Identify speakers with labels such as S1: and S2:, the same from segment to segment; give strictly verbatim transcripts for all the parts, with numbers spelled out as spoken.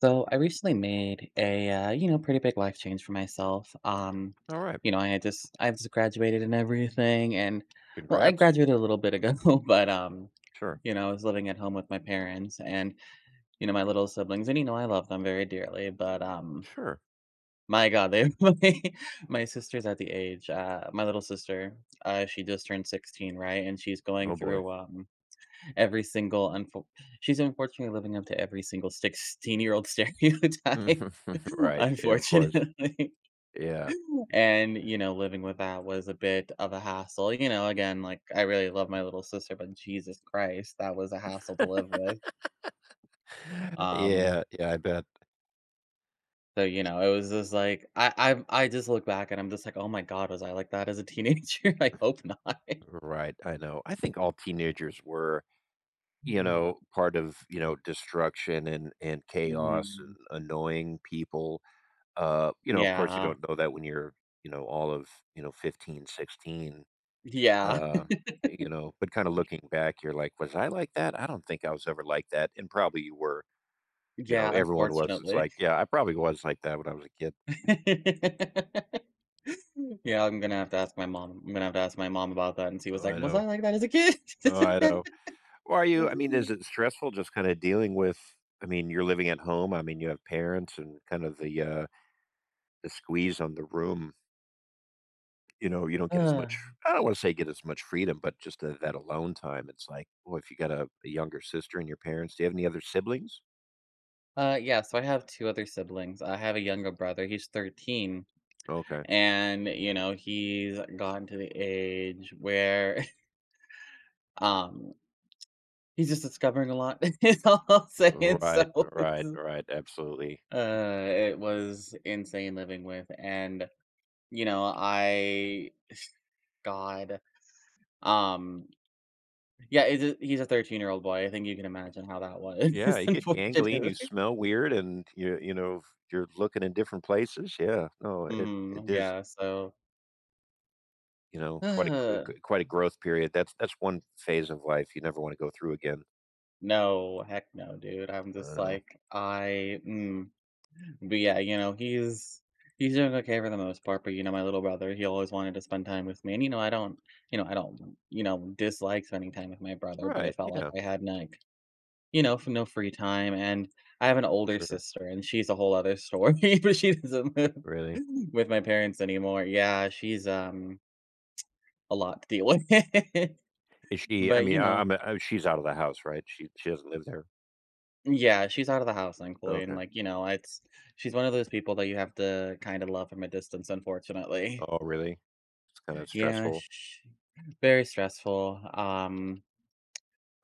S1: So I recently made a uh, you know pretty big life change for myself. Um,
S2: Alright,
S1: you know, I had just I've just graduated and everything, and well, I
S2: congrats.
S1: graduated a little bit ago, but um,
S2: Sure,
S1: you know, I was living at home with my parents and you know my little siblings, and you know I love them very dearly, but um,
S2: sure.
S1: my God, they my, my sister's at the age. Uh, my little sister, uh, she just turned sixteen, right, and she's going
S2: Oh boy.
S1: through um Every single unfor she's unfortunately living up to every single sixteen-year-old stereotype,
S2: Right, yeah, of course.
S1: unfortunately,
S2: Yeah.
S1: and, you know, living with that was a bit of a hassle, you know, again, like, I really love my little sister, but Jesus Christ, that was a hassle to live with,
S2: Yeah,
S1: um,
S2: yeah, I bet.
S1: so, you know, it was just like I i I just look back and I'm just like, "Oh my God, was I like that as a teenager? I hope not."
S2: Right, I know. I think all teenagers were, you
S1: Mm.
S2: know, part of, you know, destruction and and chaos and
S1: Mhm.
S2: annoying people. Uh, you know, of course, you
S1: Yeah.
S2: don't know that when you're, you know, all of, you know, fifteen, sixteen.
S1: Yeah.
S2: Uh, you know, but kinda looking back, you're like, "Was I like that? I don't think I was ever like that," and probably you were. You know,
S1: Yeah,
S2: everyone was. It's
S1: unfortunately.
S2: like, yeah, I probably was like that when I was a kid.
S1: Yeah, I'm gonna have to ask my mom. I'm gonna have to ask my mom about that and see
S2: Oh,
S1: what's like,
S2: I
S1: was
S2: know.
S1: I like that as a kid?
S2: Oh, I know. Well, are you? I mean, is it stressful just kind of dealing with? I mean, you're living at home. I mean, you have parents and kind of the uh, the squeeze on the room. You know, you don't get as
S1: Uh,
S2: much. I don't want to say get as much freedom, but just the, that alone time. It's like, well, if you got a, a younger sister and your parents, do you have any other siblings?
S1: uh, yeah, so I have two other siblings. I have a younger brother. He's thirteen,
S2: Okay,
S1: and you know, he's gotten to the age where um he's just discovering a lot, is all I'll say.
S2: all
S1: And
S2: right, all
S1: so it's
S2: right, all right, absolutely.
S1: uh it was insane living with and you know, I God, um yeah, it's a he's a thirteen-year-old boy, I think you can imagine how that was,
S2: Yeah, you get gangrene, you
S1: unfortunately.
S2: smell weird, and you you know you're looking in different places. Yeah, no, it it
S1: Mhm,
S2: is
S1: yeah, so
S2: you know quite a g- g- quite a growth period. That's that's one phase of life you never want to go through again.
S1: no, heck no, dude, I'm just
S2: Uh,
S1: like, I mm. But, yeah, you know, he's he's doing okay for the most part, but, you know, my little brother, he always wanted to spend time with me, and, you know, I don't you know, I don't, you know, dislike spending time with my brother, but I
S2: right?
S1: felt like
S2: Yeah,
S1: I had, like You know, for no free time, and I have an older
S2: sure.
S1: sister, and she's a whole other story, but she doesn't live
S2: Really?
S1: with my parents anymore. Yeah, she's, um, a lot to deal with.
S2: Is she? I
S1: But,
S2: mean,
S1: you
S2: I,
S1: know,
S2: I'm uh, she's out of the house, right? She she doesn't live there.
S1: yeah, she's out of the house, thankfully, and,
S2: Okay.
S1: like, you know, it's she's one of those people that you have to kinda love from a distance, unfortunately.
S2: Oh, really? It's kind of
S1: Yeah,
S2: stressful.
S1: sh Very stressful. Um,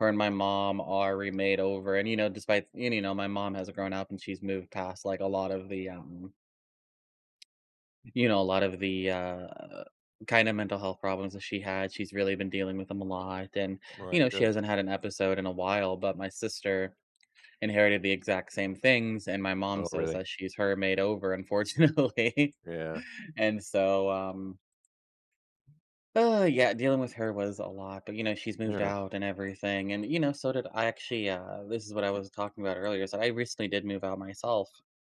S1: Her and my mom are remade over, and, you know, despite and, you know, my mom has grown up, and she's moved past, like, a lot of the, um you know, a lot of the uh, kind of mental health problems that she had. She's really been dealing with them a lot. And, you
S2: Right.
S1: know, she
S2: Good.
S1: hasn't had an episode in a while, but my sister inherited the exact same things. And my mom
S2: Oh,
S1: says
S2: really?
S1: that she's her made over, unfortunately.
S2: Yeah.
S1: and so, um, uh, yeah, dealing with her was a lot, but you know, she's moved
S2: Yeah.
S1: out and everything. And, you know, so did I actually, uh, this is what I was talking about earlier. So I recently did move out myself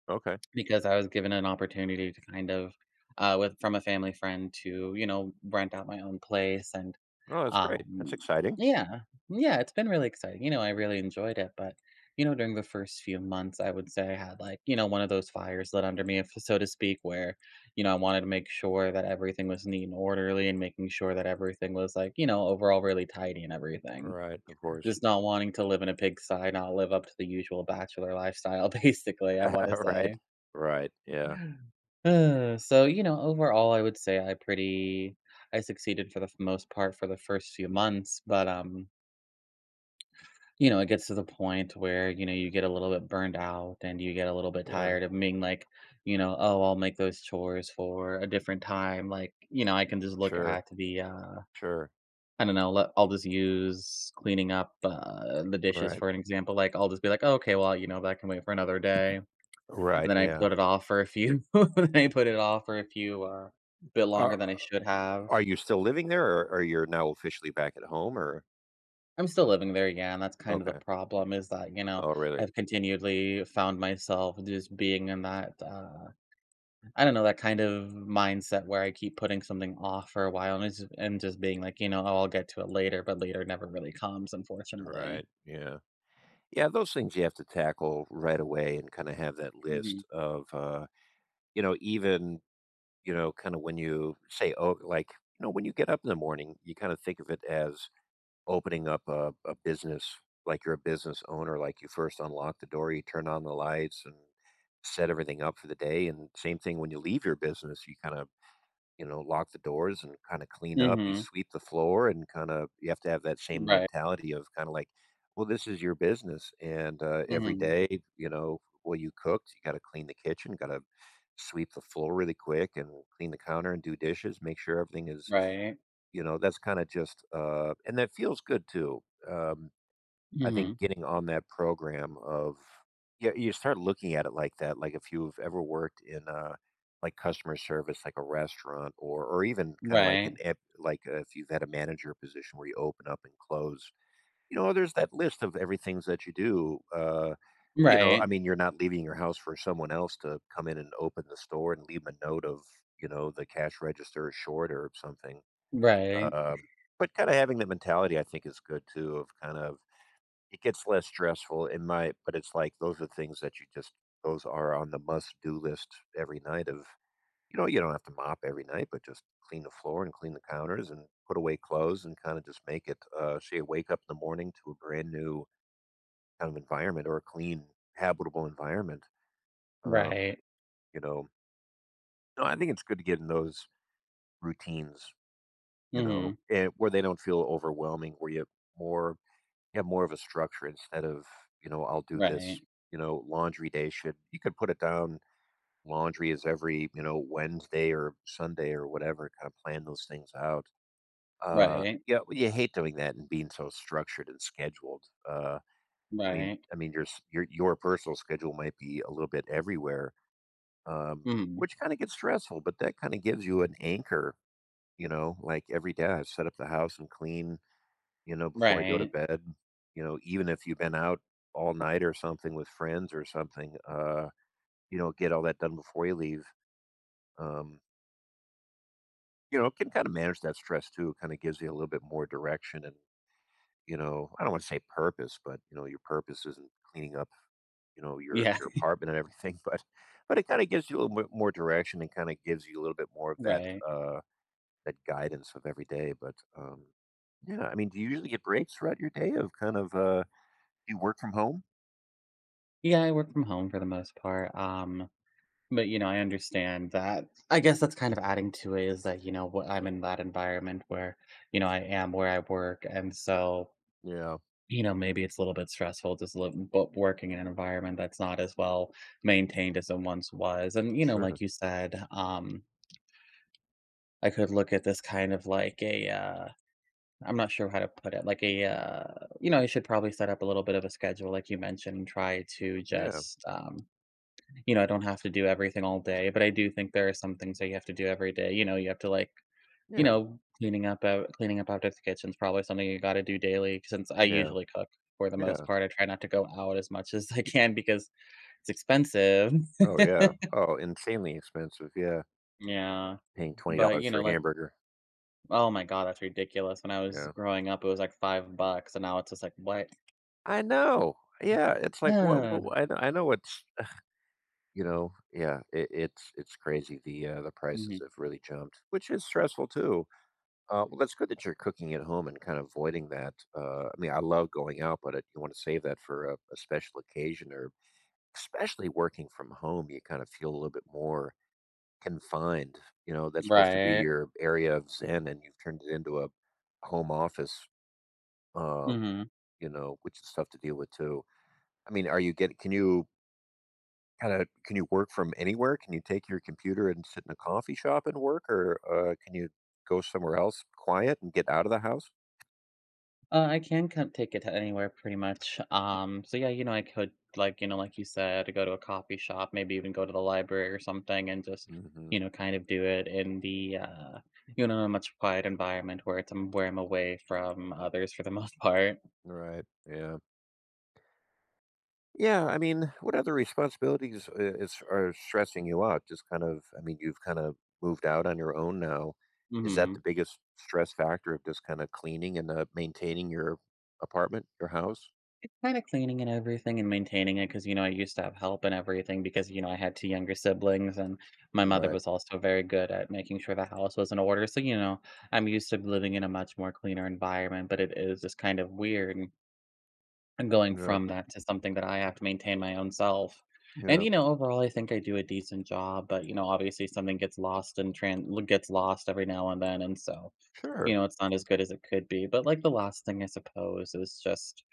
S2: Okay.
S1: because I was given an opportunity to kind of, uh, with from a family friend to, you know, rent out my own place and,
S2: Oh, that's great. That's
S1: um,
S2: exciting.
S1: yeah, yeah, it's been really exciting. You know, I really enjoyed it, but you know, during the first few months, I would say I had like, you know, one of those fires lit under me, if so to speak, where, you know, I wanted to make sure that everything was neat and orderly and making sure that everything was like, you know, overall really tidy and everything.
S2: Right. Of course.
S1: Just not wanting to live in a pigsty, not live up to the usual bachelor lifestyle, basically, I want to
S2: Right.
S1: say.
S2: Right. Yeah.
S1: Uh, so, you know, overall, I would say I pretty I succeeded for the f- most part for the first few months, but um, you know, it gets to the point where, you know, you get a little bit burned out and you get a little bit
S2: Yeah.
S1: tired of being like, you know, oh, I'll make those chores for a different time. Like, you know, I can just look
S2: Sure.
S1: at the uh
S2: Sure.
S1: I don't know, let, I'll just use cleaning up uh, the dishes
S2: Right.
S1: for an example. Like, I'll just be like, oh, okay, well, you know, that can wait for another day. And
S2: Right.
S1: then I
S2: Yeah.
S1: put it off for a few then I put it off for a few, uh, bit longer
S2: Are
S1: than I should have.
S2: are you still living there or are you now officially back at home or
S1: I'm still living there, yeah, and that's kind of the
S2: okay.
S1: problem is that, you know,
S2: Oh really?
S1: I've continually found myself just being in that, uh, I don't know, that kind of mindset where I keep putting something off for a while and just and just being like, you know, "Oh, I'll get to it later," but later never really comes, unfortunately.
S2: Right. Yeah. Yeah, those things you have to tackle right away and kind of have that
S1: Mhm.
S2: list of uh, you know, even, you know, kind of when you say, oh, like, you know, when you get up in the morning, you kind of think of it as opening up a, a business like you're a business owner like you first unlock the door, you turn on the lights and set everything up for the day, and same thing when you leave your business you kind of you know lock the doors and kind of clean up, you
S1: Mhm.
S2: sweep the floor, and kind of you have to have that same
S1: Right.
S2: mentality of kind of like well this is your business. And uh, every
S1: Mhm.
S2: day you know well you cooked, you got to clean the kitchen, got to sweep the floor really quick and clean the counter and do dishes, make sure everything is
S1: Right.
S2: you know, that's kinda just, uh and that feels good too. Um, I think
S1: Mhm.
S2: getting on that program of yeah, you start looking at it like that, like if you've ever worked in, uh, like customer service, like a restaurant or or even kinda like an
S1: Right.
S2: ep like, uh, if you've had a manager position where you open up and close, you know, there's that list of everything that you do, uh, you know, I
S1: Right.
S2: mean, you're not leaving your house for someone else to come in and open the store and leave 'em a note of, you know, the cash register is short or something.
S1: Right.
S2: Um, but kinda having that mentality, I think, is good too of kind of it gets less stressful in my but it's like those are things that you just those are on the must-do list every night of you know, you don't have to mop every night, but just clean the floor and clean the counters and put away clothes and kinda just make it, uh, so you wake up in the morning to a brand new kind of environment, or a clean, habitable environment. Um,
S1: Right.
S2: you know? No, I think it's good to get in those routines, you know,
S1: Mhm.
S2: and where they don't feel overwhelming, where you more have more of a structure instead of, you know, I'll do this,
S1: Right,
S2: you know, laundry day should you could put it down. Laundry is every, you know, Wednesday or Sunday or whatever, kind of plan those things out. Uh,
S1: right,
S2: yeah, well, you hate doing that and being so structured and scheduled. Uh, I mean,
S1: right.
S2: I mean, your s- your your personal schedule might be a little bit everywhere, um,
S1: Mhm,
S2: which kind of gets stressful. But that kind of gives you an anchor, you know. Like every day, I set up the house and clean you know, before I go to
S1: right.
S2: bed, you know, even if you've been out all night or something with friends or something, uh, you know, get all that done before you leave. Um, you know, can kind of manage that stress too. It kind of gives you a little bit more direction and, you know, I don't want to say purpose, but you know, your purpose isn't cleaning up, you know, your
S1: Yeah,
S2: your apartment and everything, but but it kind of gives you a little bit more direction and kind of gives you a little bit more of that
S1: right.
S2: uh that guidance of every day. But um yeah, I mean, do you usually get breaks throughout your day of kind of uh do you work from home?
S1: Yeah, I work from home for the most part, um, but, you know, I understand that I guess that's kind of adding to it is that, you know, what I'm in that environment where, you know, I am where I work, and so,
S2: Yeah,
S1: you know, maybe it's a little bit stressful just liv but working in an environment that's not as well maintained as it once was, and, you know, like
S2: sure.
S1: you said, um, I could look at this kind of like a, uh I'm not sure how to put it. Like a, uh, you know, you should probably set up a little bit of a schedule, like you mentioned, and try to
S2: Yeah,
S1: just, um, you know, I don't have to do everything all day, but I do think there are some things that you have to do every day. You know, you have to like, you
S2: yeah,
S1: know, cleaning up out, cleaning up after the kitchen is probably something you got to do daily. Since I
S2: yeah,
S1: usually cook for the most
S2: yeah.
S1: part, I try not to go out as much as I can because it's expensive.
S2: Oh, yeah. Oh, insanely expensive. Yeah,
S1: Yeah.
S2: paying
S1: But
S2: twenty dollars
S1: you
S2: for
S1: know,
S2: a
S1: like,
S2: hamburger.
S1: oh my God, that's ridiculous. When I was
S2: Yeah,
S1: growing up, it was like five bucks, and now it's just like what?
S2: I know. Yeah, it's like what?
S1: Ah.
S2: What I know. I know it's you know. Yeah, it, it's it's crazy. The uh, the prices have
S1: Mhm.
S2: really jumped, which is stressful too. Uh, well, that's good that you're cooking at home and kind of avoiding that. Uh, I mean, I love going out, but it, you want to save that for a, a special occasion or especially working from home. You kind of feel a little bit more confined. You know, that's supposed to be
S1: Right.
S2: your area of zen, and you've turned it into a home office. Um,
S1: Mhm.
S2: you know, which is tough to deal with too. I mean, are you getting? Can you kind of? Can you work from anywhere? Can you take your computer and sit in a coffee shop and work, or uh, can you go somewhere else quiet and get out of the house?
S1: Uh, I can come take it to anywhere pretty much. Um, so yeah, you know, I could like, you know, like you said, go to a coffee shop, maybe even go to the library or something and just,
S2: hmm
S1: you know, kind of do it in the uh, you know, a much quiet environment where it's um, where I'm away from others for the most part.
S2: Right. Yeah. Yeah, I mean, what other responsibilities i- is are stressing you out? Just kind of, I mean, you've kind of moved out on your own now. Is that the
S1: Mhm.
S2: biggest stress factor of just kind of cleaning and uh, maintaining your apartment, your house?
S1: It's kinda cleaning and everything and maintaining it because you know, I used to have help and everything because, you know, I had two younger siblings, and my mother
S2: Right.
S1: was also very good at making sure the house was in order, so, you know, I'm used to living in a much more cleaner environment, but it is just kind of weird and and going
S2: Right.
S1: from that to something that I have to maintain my own self. And,
S2: Yeah.
S1: you know, overall, I think I do a decent job, but, you know, obviously something gets lost and tran gets lost every now and then, and so, you
S2: Sure.
S1: know, it's not as good as it could be, but, like, the last thing, I suppose, is just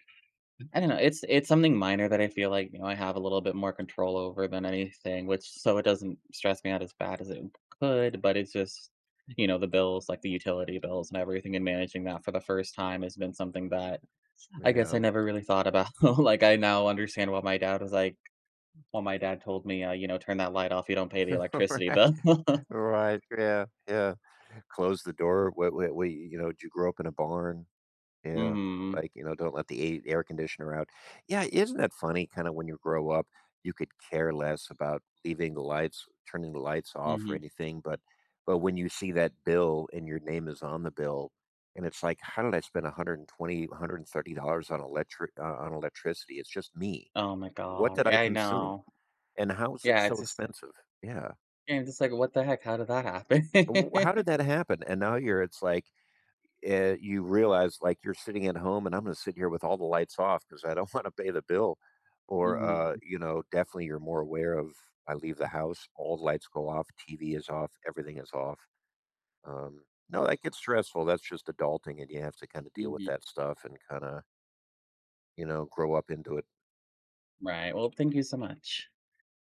S1: I don't know, it's it's something minor that I feel like, you know, I have a little bit more control over than anything, which so it doesn't stress me out as bad as it could, but it's just, you know, the bills, like the utility bills and everything, and managing that for the first time has been something that I guess I
S2: Yeah.
S1: never really thought about. Like, I now understand why my dad was like well, my dad told me, uh, you know, "Turn that light off, you don't pay the electricity
S2: Right.
S1: bill."
S2: Right. Yeah. Yeah. Close the door. What? What? What you you know? Did you grow up in a barn? Yeah,
S1: Mhm,
S2: like, you know, don't let the a air conditioner out. Yeah, isn't that funny, kinda when you grow up, you could care less about leaving the lights turning the lights off or
S1: mhm.
S2: anything, but but when you see that bill and your name is on the bill, and it's like, "How did I spend one hundred and twenty, one hundred and thirty dollars dollars on electric uh, on electricity? It's just me.
S1: Oh my
S2: What
S1: God,
S2: did I
S1: yeah, I
S2: consume?
S1: know.
S2: And how is it
S1: Yeah,
S2: so
S1: it's just like
S2: expensive?" Yeah.
S1: and it's just like, "What the heck? How did that
S2: W how did
S1: happen?"
S2: that happen? And now you're it's like uh, you realize like you're sitting at home and I'm going to sit here with all the lights off because I don't want to pay the bill. Or,
S1: Mhm,
S2: uh, you know, definitely you're more aware of I leave the house, all the lights go off, T V is off, everything is off. Um, no, that gets stressful. That's just adulting and you have to kind of deal with
S1: mhm.
S2: that stuff and kind of, you know, grow up into it.
S1: Right, well, thank you so much.